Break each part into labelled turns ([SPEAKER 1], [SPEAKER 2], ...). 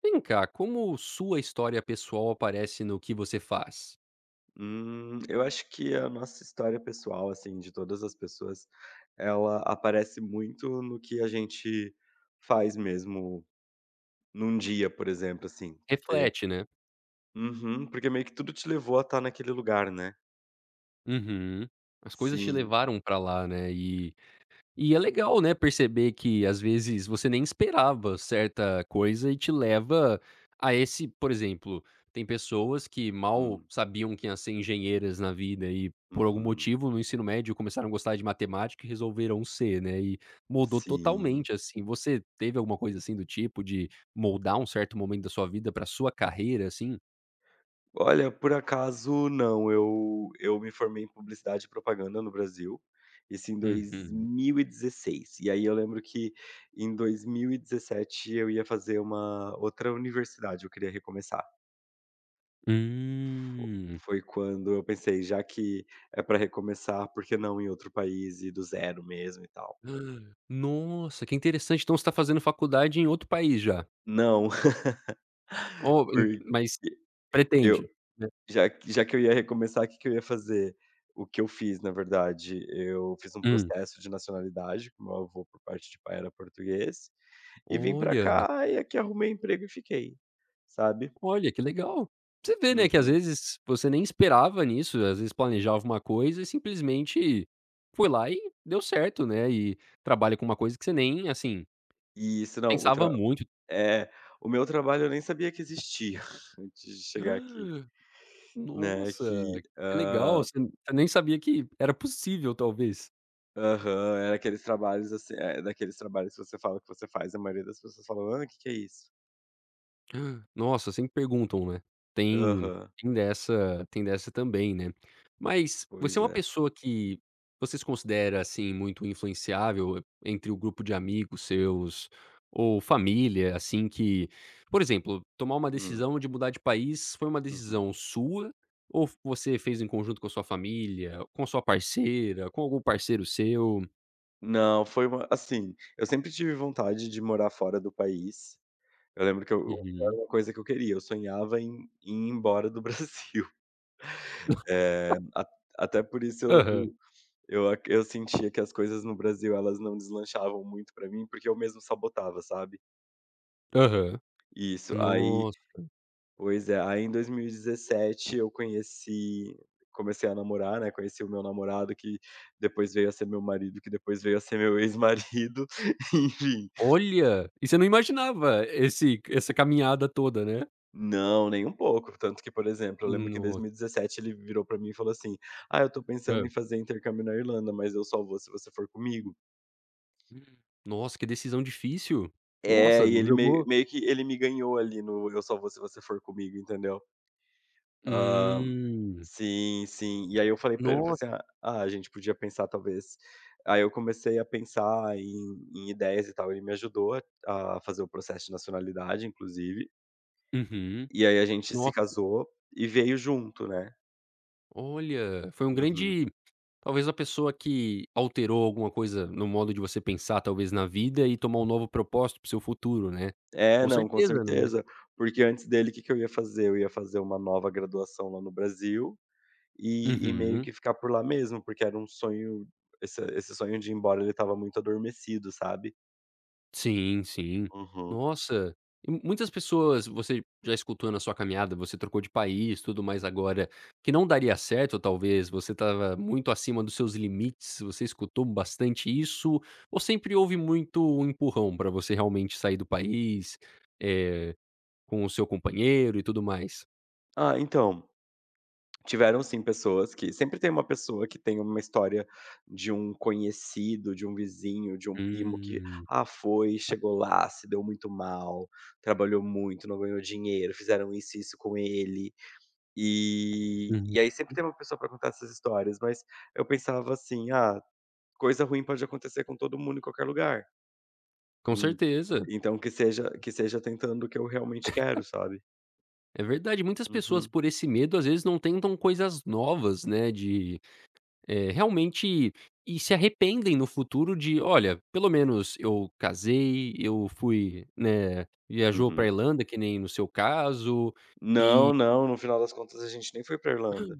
[SPEAKER 1] Vem cá, como sua história pessoal aparece no que você faz?
[SPEAKER 2] Eu acho que a nossa história pessoal, assim, de todas as pessoas, ela aparece muito no que a gente faz mesmo num dia, por exemplo, assim, porque.
[SPEAKER 1] Reflete, né?
[SPEAKER 2] Uhum, porque meio que tudo te levou a estar naquele lugar, né.
[SPEAKER 1] Uhum. As coisas te
[SPEAKER 2] Sim.
[SPEAKER 1] levaram pra lá, né? E é legal, né, perceber que às vezes você nem esperava certa coisa e te leva a esse, por exemplo, tem pessoas que mal
[SPEAKER 2] Hum,
[SPEAKER 1] sabiam que iam ser engenheiras na vida e por algum
[SPEAKER 2] uhum.
[SPEAKER 1] motivo no ensino médio começaram a gostar de matemática e resolveram ser, né, e moldou
[SPEAKER 2] Sim.
[SPEAKER 1] totalmente, assim. Você teve alguma coisa assim do tipo de moldar um certo momento da sua vida para sua carreira, assim?
[SPEAKER 2] Olha, por acaso não, eu me formei em publicidade e propaganda no Brasil, isso em dois
[SPEAKER 1] Uhum.
[SPEAKER 2] mil E dezesseis. E aí eu lembro que em 2017 eu ia fazer uma outra universidade, eu queria recomeçar. Fo
[SPEAKER 1] Hum.
[SPEAKER 2] Foi quando eu pensei: "Já que é para recomeçar, por que não em outro país e do zero mesmo e tal?".
[SPEAKER 1] Nossa, que interessante. Então você tá fazendo faculdade em outro país já?
[SPEAKER 2] Não,
[SPEAKER 1] Oh, en
[SPEAKER 2] porque
[SPEAKER 1] mas
[SPEAKER 2] eu
[SPEAKER 1] pretende, né?
[SPEAKER 2] Já que eu ia recomeçar, o que que eu ia fazer? O que eu fiz, na verdade, eu fiz um
[SPEAKER 1] Hum.
[SPEAKER 2] processo de nacionalidade, que meu avô, por parte de pai, era português, e vim pra
[SPEAKER 1] Olha,
[SPEAKER 2] cá e aqui arrumei emprego e fiquei, sabe.
[SPEAKER 1] olha que legal. Você vê, né, que às
[SPEAKER 2] Uhum.
[SPEAKER 1] vezes você nem esperava nisso, às vezes planejava uma coisa e simplesmente foi lá e deu certo, né, e trabalha com uma coisa que você nem, assim,
[SPEAKER 2] E isso, não, o
[SPEAKER 1] pensava
[SPEAKER 2] tra
[SPEAKER 1] muito.
[SPEAKER 2] é, o meu trabalho eu nem sabia que existia antes de chegar aqui, né,
[SPEAKER 1] Nossa,
[SPEAKER 2] que
[SPEAKER 1] que legal, você nem sabia que era possível talvez.
[SPEAKER 2] aham, era aqueles trabalhos, assim é, daqueles trabalhos que você fala que você faz, a maioria das pessoas falam: "Hã, que é isso?".
[SPEAKER 1] Ah, nossa, sempre perguntam, né. Tem,
[SPEAKER 2] Aham,
[SPEAKER 1] tem dessa também, né. Mas você
[SPEAKER 2] pois
[SPEAKER 1] é uma
[SPEAKER 2] é.
[SPEAKER 1] pessoa que você se considera, assim, muito influenciável entre o grupo de amigos seus ou família, assim, que por exemplo, tomar uma
[SPEAKER 2] Hum,
[SPEAKER 1] decisão de mudar de país foi uma
[SPEAKER 2] uhum.
[SPEAKER 1] decisão sua ou você fez em conjunto com a sua família, com a sua parceira, com algum parceiro seu?
[SPEAKER 2] Não, foi uma, assim, eu sempre tive vontade de morar fora do país. Eu lembro que eu era
[SPEAKER 1] Uhum.
[SPEAKER 2] uma coisa que eu queria, eu sonhava em ir embora do Brasil. Eh, a Até por isso
[SPEAKER 1] Aham,
[SPEAKER 2] eu sentia que as coisas no Brasil, elas não deslanchavam muito pra mim, porque eu mesmo sabotava, sabe.
[SPEAKER 1] aham.
[SPEAKER 2] Isso, aí
[SPEAKER 1] Nossa.
[SPEAKER 2] pois é, aí em 2017 eu conheci comecei a namorar, né, conheci o meu namorado que depois veio a ser meu marido, que depois veio a ser meu ex-marido, enfim.
[SPEAKER 1] Olha! E você não imaginava esse essa caminhada toda, né?
[SPEAKER 2] Não, nem um pouco. Tanto que, por exemplo, eu lembro que em
[SPEAKER 1] Nossa.
[SPEAKER 2] 2017 ele virou pra mim e falou assim: "Ah, eu tô
[SPEAKER 1] É.
[SPEAKER 2] pensando em fazer intercâmbio na Irlanda, mas eu só vou se você for comigo".
[SPEAKER 1] Nossa, que decisão difícil. Nossa,
[SPEAKER 2] É, e ele meio
[SPEAKER 1] jogou.
[SPEAKER 2] meio que ele me ganhou ali no "eu só vou se você for comigo", entendeu. Ah,
[SPEAKER 1] Hum.
[SPEAKER 2] sim, sim. E aí eu falei pra ele, eu
[SPEAKER 1] Nossa.
[SPEAKER 2] falei assim: "Ah, ah, a gente podia pensar talvez", aí eu comecei a pensar em ideias e tal, ele me ajudou a fazer o processo de nacionalidade inclusive,
[SPEAKER 1] Uhum.
[SPEAKER 2] e aí a gente se
[SPEAKER 1] Nossa.
[SPEAKER 2] casou e veio junto, né.
[SPEAKER 1] Olha, foi um
[SPEAKER 2] Uhum.
[SPEAKER 1] grande, talvez, a pessoa que alterou alguma coisa no modo de você pensar, talvez, na vida e tomar um novo propósito para o seu futuro, né?
[SPEAKER 2] É,
[SPEAKER 1] Com
[SPEAKER 2] não, com
[SPEAKER 1] certeza, né?
[SPEAKER 2] certeza. Porque antes dele, o que que eu ia fazer? Eu ia fazer uma nova graduação lá no Brasil e meio
[SPEAKER 1] Uhum.
[SPEAKER 2] que ficar por lá mesmo, porque era um sonho, esse sonho de ir embora, ele estava muito adormecido, sabe.
[SPEAKER 1] Sim, sim.
[SPEAKER 2] Uhum.
[SPEAKER 1] Nossa, e muitas pessoas você já escutou na sua caminhada, você trocou de país, tudo mais agora, que não daria certo ou talvez você estava muito acima dos seus limites, você escutou bastante isso, ou sempre houve muito um empurrão para você realmente sair do país, eh, com o seu companheiro e tudo mais?
[SPEAKER 2] Ah, então, tiveram sim pessoas, que sempre tem uma pessoa que tem uma história de um conhecido, de um vizinho, de um primo que,
[SPEAKER 1] Hum,
[SPEAKER 2] ah, foi, chegou lá, se deu muito mal, trabalhou muito, não ganhou dinheiro, fizeram isso e isso com ele.
[SPEAKER 1] uhum.
[SPEAKER 2] E aí sempre tem uma pessoa pra contar essas histórias, mas eu pensava assim: "Ah, coisa ruim pode acontecer com todo mundo em qualquer lugar,
[SPEAKER 1] Com
[SPEAKER 2] en
[SPEAKER 1] certeza,
[SPEAKER 2] então que seja tentando o que eu realmente quero", sabe.
[SPEAKER 1] é verdade. Muitas pessoas
[SPEAKER 2] Uhum,
[SPEAKER 1] por esse medo, às vezes, não tentam coisas novas, né, de realmente, e se arrependem no futuro de: "Olha, pelo menos eu casei, eu fui, né, viajou pra
[SPEAKER 2] uhum.
[SPEAKER 1] Irlanda, que nem no seu caso".
[SPEAKER 2] Não, não, no final das contas a gente nem foi pra Irlanda.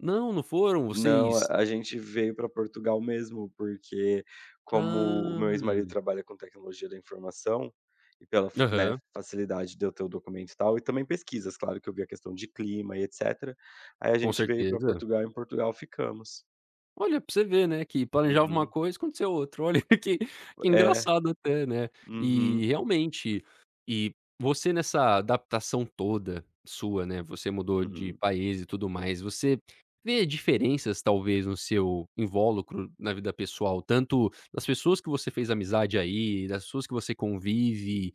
[SPEAKER 1] "Não, não foram,
[SPEAKER 2] Não,
[SPEAKER 1] vocês".
[SPEAKER 2] a gente veio para Portugal mesmo, porque
[SPEAKER 1] Hã.
[SPEAKER 2] como o meu ex-marido trabalha com tecnologia da informação, e pela f né,
[SPEAKER 1] Aham,
[SPEAKER 2] facilidade de eu ter o documento e tal, e também pesquisas, claro que eu vi a questão de clima e etcétera, aí a
[SPEAKER 1] com
[SPEAKER 2] gente veio para
[SPEAKER 1] certeza.
[SPEAKER 2] Portugal, e em Portugal ficamos.
[SPEAKER 1] Olha, pra você ver, né, que planejava uma
[SPEAKER 2] Uhum.
[SPEAKER 1] coisa, aconteceu outra. Olha que
[SPEAKER 2] É.
[SPEAKER 1] engraçado até, né. E
[SPEAKER 2] Uhum,
[SPEAKER 1] realmente, e você nessa adaptação toda sua, né, você mudou de
[SPEAKER 2] uhum.
[SPEAKER 1] país e tudo mais, você vê diferenças talvez no seu invólucro na vida pessoal, tanto das pessoas que você fez amizade aí, das pessoas que você convive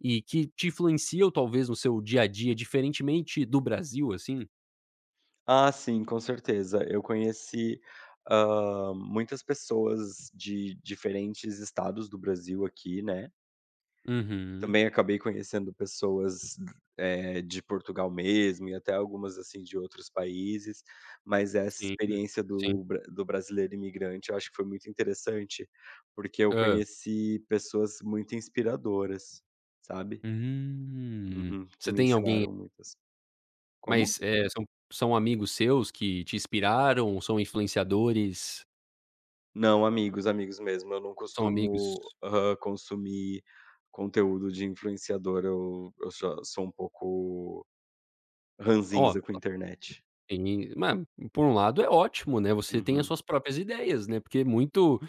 [SPEAKER 1] e que te influenciam talvez no seu dia a dia, diferentemente do Brasil, assim?
[SPEAKER 2] Ah, sim, com certeza. Eu conheci, muitas pessoas de diferentes estados do Brasil aqui, né.
[SPEAKER 1] Uhum.
[SPEAKER 2] Também acabei conhecendo pessoas, de Portugal mesmo e até algumas, assim, de outros países, mas essa
[SPEAKER 1] Sim,
[SPEAKER 2] experiência
[SPEAKER 1] sim.
[SPEAKER 2] do brasileiro imigrante eu acho que foi muito interessante, porque eu conheci pessoas muito inspiradoras, sabe.
[SPEAKER 1] Hum.
[SPEAKER 2] Uhum. Que
[SPEAKER 1] Você
[SPEAKER 2] me
[SPEAKER 1] tem alguém,
[SPEAKER 2] ensinaram muitas. Como?
[SPEAKER 1] mas, são amigos seus que te inspiraram? São influenciadores?
[SPEAKER 2] Não, amigos, amigos mesmo. Eu não
[SPEAKER 1] São amigos.
[SPEAKER 2] costumo, consumir conteúdo de influenciador, eu só sou um pouco
[SPEAKER 1] Ó,
[SPEAKER 2] ranzinza com a internet.
[SPEAKER 1] tem ma por um lado é ótimo, né, você tem as
[SPEAKER 2] Uhum,
[SPEAKER 1] suas próprias ideias, né, porque é muito.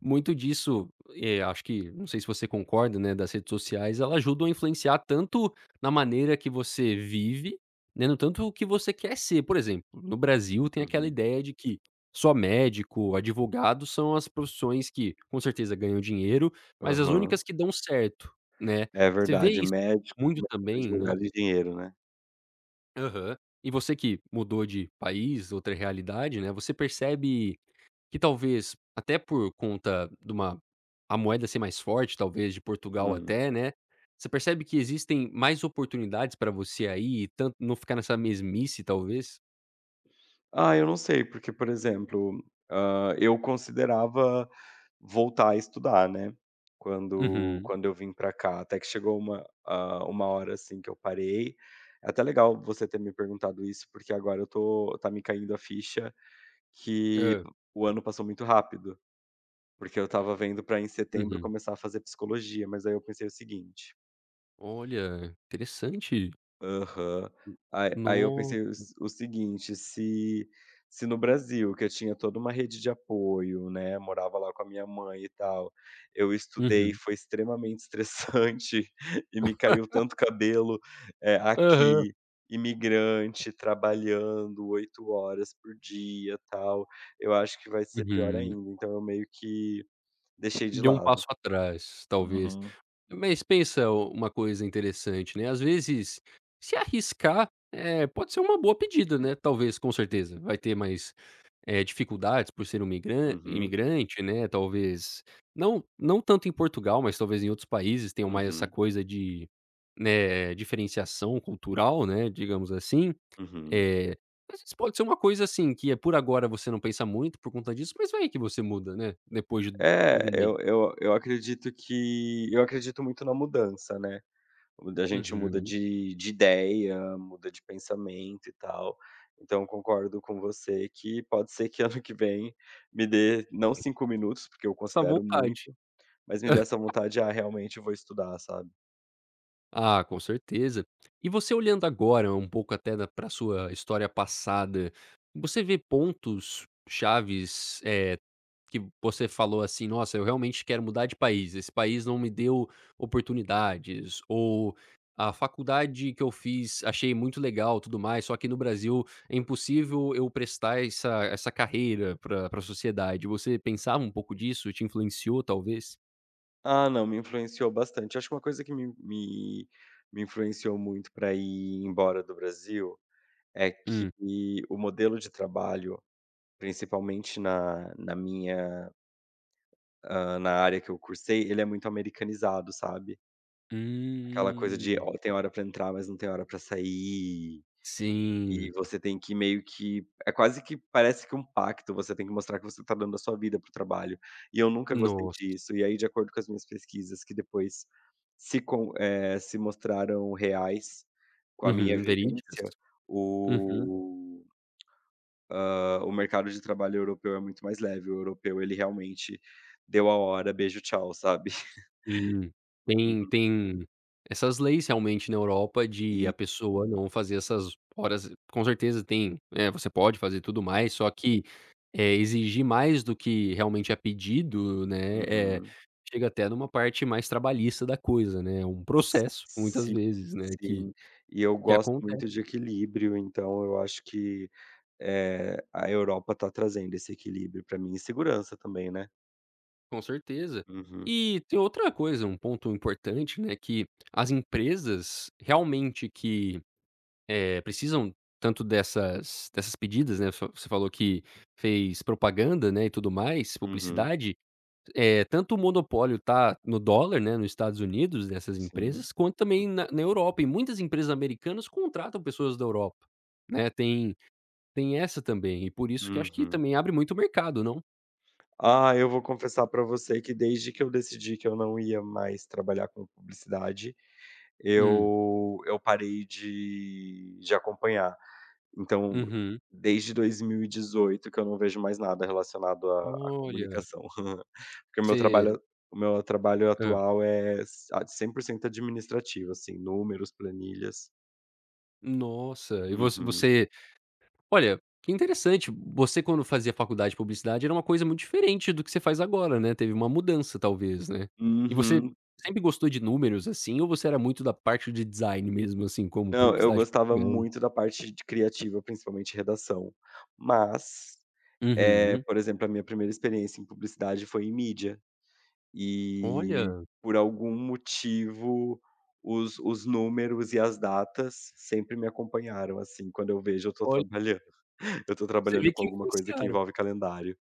[SPEAKER 1] Muito disso, acho que não sei se você concorda, né, das redes sociais, elas ajudam a influenciar tanto na maneira que você vive, né, no tanto o que você quer ser. Por exemplo, no Brasil tem aquela
[SPEAKER 2] uhum.
[SPEAKER 1] ideia de que só médico, advogado são as profissões que com certeza ganham dinheiro, mas as
[SPEAKER 2] Aham.
[SPEAKER 1] únicas que dão certo, né.
[SPEAKER 2] É
[SPEAKER 1] Você vê
[SPEAKER 2] verdade,
[SPEAKER 1] isso
[SPEAKER 2] médico,
[SPEAKER 1] muito também, né.
[SPEAKER 2] advogado e dinheiro, né.
[SPEAKER 1] Aham. E você que mudou de país, outra realidade, né, você percebe que talvez, até por conta de uma a moeda ser mais forte, talvez de Portugal
[SPEAKER 2] Hum.
[SPEAKER 1] até, né, você percebe que existem mais oportunidades para você aí e tanto não ficar nessa mesmice talvez?
[SPEAKER 2] Ah, eu não sei, porque, por exemplo, eu considerava voltar a estudar, né,
[SPEAKER 1] Uhum.
[SPEAKER 2] quando eu vim pra cá, até que chegou uma hora, assim, que eu parei. É até legal você ter me perguntado isso, porque agora eu tô tá me caindo a ficha que
[SPEAKER 1] Hã.
[SPEAKER 2] o ano passou muito rápido, porque eu estava vendo pra em setembro
[SPEAKER 1] Uhum.
[SPEAKER 2] começar a fazer psicologia, mas aí eu pensei o seguinte.
[SPEAKER 1] Olha, interessante.
[SPEAKER 2] Aham. Aí eu
[SPEAKER 1] No
[SPEAKER 2] pensei o seguinte, se no Brasil, que eu tinha toda uma rede de apoio, né, morava lá com a minha mãe e tal, eu estudei,
[SPEAKER 1] Uhum.
[SPEAKER 2] foi extremamente estressante e me caiu tanto cabelo,
[SPEAKER 1] Aham.
[SPEAKER 2] aqui, imigrante, trabalhando 8 horas por dia, tal, eu acho que vai ser pior
[SPEAKER 1] Uhum.
[SPEAKER 2] ainda, então eu meio que deixei de
[SPEAKER 1] Deu um
[SPEAKER 2] lado.
[SPEAKER 1] passo atrás, talvez.
[SPEAKER 2] Uhum.
[SPEAKER 1] Mas pensa u uma coisa interessante, né, às vezes, se arriscar, é pode ser uma boa pedida, né, talvez, com certeza, vai ter mais, dificuldades por ser um migran
[SPEAKER 2] Uhum,
[SPEAKER 1] imigrante, né, talvez não, não tanto em Portugal, mas talvez em outros países tenham mais essa
[SPEAKER 2] uhum,
[SPEAKER 1] coisa de, né, diferenciação cultural, né, digamos assim,
[SPEAKER 2] uhum.
[SPEAKER 1] eh, às vezes pode ser uma coisa, assim, que é por agora você não pensa muito por conta disso, mas vai que você muda, né, depois de
[SPEAKER 2] É,
[SPEAKER 1] algum mês.
[SPEAKER 2] eu acredito muito na mudança, né. Muda a gente muda
[SPEAKER 1] Uhum.
[SPEAKER 2] de ideia, muda de pensamento e tal. Então concordo com você que pode ser que ano que vem me dê, não, 5 minutos, porque eu
[SPEAKER 1] Essa
[SPEAKER 2] considero
[SPEAKER 1] vontade.
[SPEAKER 2] muito, mas me dê essa vontade: "Ah, realmente eu vou estudar", sabe.
[SPEAKER 1] Ah, com certeza. E você olhando agora um pouco até para pra sua história passada, você vê pontos chaves, que você falou assim: "Nossa, eu realmente quero mudar de país, esse país não me deu oportunidades", ou "A faculdade que eu fiz achei muito legal, tudo mais, só que no Brasil é impossível eu prestar essa carreira para a sociedade". Você pensava um pouco disso? Te influenciou talvez?
[SPEAKER 2] Ah, não, me influenciou bastante. Acho que uma coisa que me influenciou muito para ir embora do Brasil é que
[SPEAKER 1] Hum.
[SPEAKER 2] o modelo de trabalho. Principalmente na área que eu cursei, ele é muito americanizado, sabe. Aquela coisa de
[SPEAKER 1] Hum.
[SPEAKER 2] ó, tem hora pra entrar, mas não tem hora pra sair, e
[SPEAKER 1] Sim.
[SPEAKER 2] você tem que, meio que, é quase que parece que um pacto, você tem que mostrar que você tá dando a sua vida para o trabalho, e eu nunca gostei
[SPEAKER 1] Nossa.
[SPEAKER 2] disso. E aí, de acordo com as minhas pesquisas que depois se mostraram reais com a minha
[SPEAKER 1] Uhum, verídicas.
[SPEAKER 2] vivência,
[SPEAKER 1] Uhum.
[SPEAKER 2] o o mercado de trabalho europeu é muito mais leve, o europeu ele realmente deu a hora, beijo, tchau, sabe.
[SPEAKER 1] Sim. Tem tem essas leis realmente na Europa de
[SPEAKER 2] E
[SPEAKER 1] a pessoa não fazer essas horas com certeza tem, eh, você pode fazer tudo mais, só que, exigir mais do que realmente é pedido, né,
[SPEAKER 2] uhum.
[SPEAKER 1] chega até numa parte mais trabalhista da coisa, né, é um processo, muitas
[SPEAKER 2] Sim,
[SPEAKER 1] vezes, né, que
[SPEAKER 2] sim. E eu
[SPEAKER 1] que
[SPEAKER 2] gosto
[SPEAKER 1] acontece,
[SPEAKER 2] muito de equilíbrio, então eu acho que, a Europa está trazendo esse equilíbrio para mim e segurança também, né.
[SPEAKER 1] com certeza.
[SPEAKER 2] Uhum,
[SPEAKER 1] E tem outra coisa, um ponto importante, né, que as empresas realmente que precisam tanto dessas pedidas, né, vo você falou que fez propaganda, né, e tudo mais,
[SPEAKER 2] uhum,
[SPEAKER 1] publicidade. É tanto o monopólio tá no dólar, né, nos Estados Unidos, dessas
[SPEAKER 2] sim.
[SPEAKER 1] empresas, quanto também na Europa, e muitas empresas americanas contratam pessoas da Europa, né, tem, tem essa também, e por isso que acho que
[SPEAKER 2] Uhum.
[SPEAKER 1] também abre muito mercado, não?
[SPEAKER 2] Ah, eu vou confessar para você que desde que eu decidi que eu não ia mais trabalhar com publicidade,
[SPEAKER 1] Hum,
[SPEAKER 2] eu parei de acompanhar. Então,
[SPEAKER 1] uhum.
[SPEAKER 2] desde 2018 que eu não vejo mais nada relacionado à
[SPEAKER 1] Olha,
[SPEAKER 2] comunicação. Porque
[SPEAKER 1] você.
[SPEAKER 2] o meu trabalho
[SPEAKER 1] Hã.
[SPEAKER 2] atual é s a 100% administrativo, assim, números, planilhas.
[SPEAKER 1] Nossa, e
[SPEAKER 2] Uhum.
[SPEAKER 1] você. Olha, que interessante. Você quando fazia faculdade de publicidade era uma coisa muito diferente do que você faz agora, né, teve uma mudança talvez, né. E você
[SPEAKER 2] Uhum.
[SPEAKER 1] sempre gostou de números, assim, ou você era muito da parte de design mesmo, assim, como
[SPEAKER 2] Não, eu
[SPEAKER 1] publicidade e
[SPEAKER 2] gostava
[SPEAKER 1] propaganda?
[SPEAKER 2] muito da parte de criativa, principalmente redação. Mas,
[SPEAKER 1] Uhum.
[SPEAKER 2] por exemplo, a minha primeira experiência em publicidade foi em mídia. E
[SPEAKER 1] Olha,
[SPEAKER 2] por algum motivo, os números e as datas sempre me acompanharam, assim, quando eu vejo eu tô
[SPEAKER 1] olha,
[SPEAKER 2] trabalhando eu tô
[SPEAKER 1] você vê
[SPEAKER 2] trabalhando com
[SPEAKER 1] que
[SPEAKER 2] alguma coisa que
[SPEAKER 1] influenciaram.
[SPEAKER 2] envolve calendário.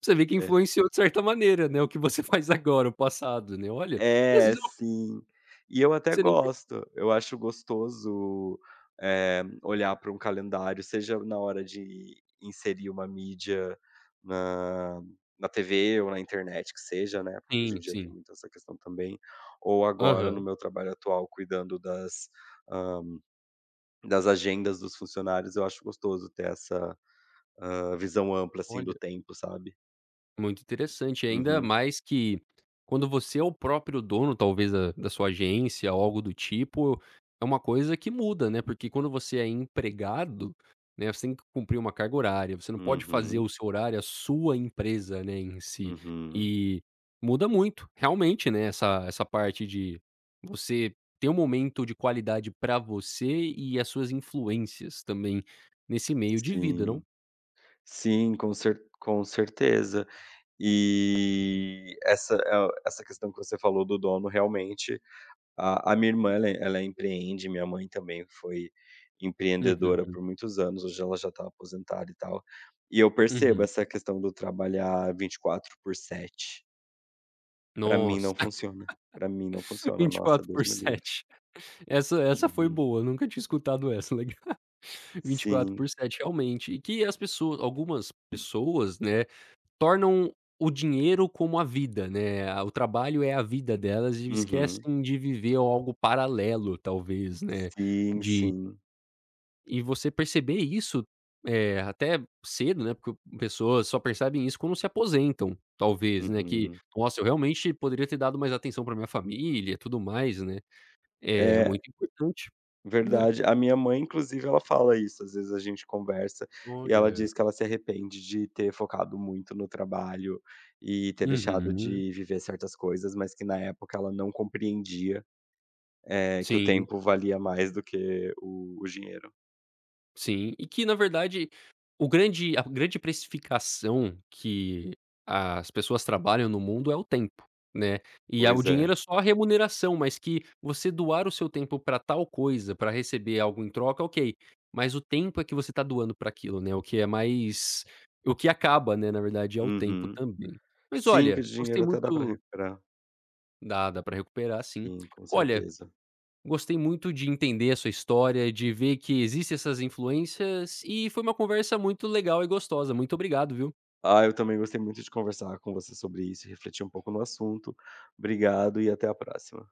[SPEAKER 1] Você vê que influenciou de certa maneira, né, o que você faz agora, o passado, né, olha. E às
[SPEAKER 2] É,
[SPEAKER 1] vezes é uma coisa
[SPEAKER 2] sim. E eu
[SPEAKER 1] que
[SPEAKER 2] até
[SPEAKER 1] você nem percebe.
[SPEAKER 2] gosto, eu acho gostoso, olhar para um calendário, seja na hora de inserir uma mídia na na TV ou na internet, que seja, né, porque
[SPEAKER 1] Sim,
[SPEAKER 2] hoje em dia tem
[SPEAKER 1] sim.
[SPEAKER 2] muito essa questão também, ou agora no
[SPEAKER 1] Aham.
[SPEAKER 2] meu trabalho atual cuidando das, hã, das agendas dos funcionários. Eu acho gostoso ter essa, visão ampla, assim,
[SPEAKER 1] Olha.
[SPEAKER 2] do tempo, sabe.
[SPEAKER 1] Muito interessante, ainda
[SPEAKER 2] Uhum,
[SPEAKER 1] mais que quando você é o próprio dono, talvez, da sua agência ou algo do tipo, é uma coisa que muda, né, porque quando você é empregado, né, você tem que cumprir uma carga horária, você não pode fazer o
[SPEAKER 2] uhum,
[SPEAKER 1] seu horário, a sua empresa, né, em si.
[SPEAKER 2] uhum.
[SPEAKER 1] E muda muito, realmente, né, essa parte de você ter um momento de qualidade pra você e as suas influências também nesse meio de vida, não?
[SPEAKER 2] Sim. Sim, com certeza. E essa questão que você falou do dono, realmente, a minha irmã ela empreende, minha mãe também foi
[SPEAKER 1] Uhum,
[SPEAKER 2] empreendedora por muitos anos, hoje ela já está aposentada e tal. E eu percebo
[SPEAKER 1] uhum.
[SPEAKER 2] essa questão do trabalhar 24/7. Para mim não
[SPEAKER 1] Nossa.
[SPEAKER 2] funciona. Para mim não funciona.
[SPEAKER 1] vinte e
[SPEAKER 2] Nossa,
[SPEAKER 1] quatro
[SPEAKER 2] Deus
[SPEAKER 1] por
[SPEAKER 2] me livre.
[SPEAKER 1] sete Essa foi
[SPEAKER 2] Uhum.
[SPEAKER 1] boa, nunca tinha escutado essa, legal. vinte e quatro por
[SPEAKER 2] Sim.
[SPEAKER 1] sete realmente, e que as pessoas algumas pessoas, né, tornam o dinheiro como a vida, né, a o trabalho é a vida delas e
[SPEAKER 2] Uhum.
[SPEAKER 1] esquecem de viver algo paralelo talvez, né,
[SPEAKER 2] Sim,
[SPEAKER 1] de
[SPEAKER 2] sim.
[SPEAKER 1] e você perceber isso, até cedo, né, porque pessoas só percebem isso quando se aposentam, talvez, né, que:
[SPEAKER 2] Uhum.
[SPEAKER 1] "Nossa, eu realmente poderia ter dado mais atenção para minha família e tudo mais", né. É
[SPEAKER 2] É
[SPEAKER 1] muito importante, né.
[SPEAKER 2] verdade. A minha mãe, inclusive, ela fala isso. Às vezes a gente conversa e ela
[SPEAKER 1] Olha.
[SPEAKER 2] diz que ela se arrepende de ter focado muito no trabalho e ter deixado
[SPEAKER 1] Uhum.
[SPEAKER 2] de viver certas coisas, mas que na época ela não compreendia, que o
[SPEAKER 1] Sim,
[SPEAKER 2] tempo valia mais do que o dinheiro.
[SPEAKER 1] sim. E que na verdade, o grande a grande precificação que as pessoas trabalham no mundo é o tempo, né. E a o
[SPEAKER 2] Pois
[SPEAKER 1] dinheiro
[SPEAKER 2] é.
[SPEAKER 1] é só a remuneração, mas que você doar o seu tempo para tal coisa, para receber algo em troca, ok. Mas o tempo é que você tá doando para aquilo, né, o que é mais o que acaba, né, na verdade é o tempo
[SPEAKER 2] Uhum.
[SPEAKER 1] também. Mas
[SPEAKER 2] Sim, que o
[SPEAKER 1] olha, gostei
[SPEAKER 2] dinheiro até dá para
[SPEAKER 1] muito.
[SPEAKER 2] recuperar.
[SPEAKER 1] Dá para recuperar, sim.
[SPEAKER 2] Sim, com
[SPEAKER 1] Olha,
[SPEAKER 2] certeza.
[SPEAKER 1] gostei muito de entender a sua história, de ver que existem essas influências e foi uma conversa muito legal e gostosa. Muito obrigado, viu?
[SPEAKER 2] Ah, eu também gostei muito de conversar com você sobre isso e refletir um pouco no assunto. Obrigado e até a próxima.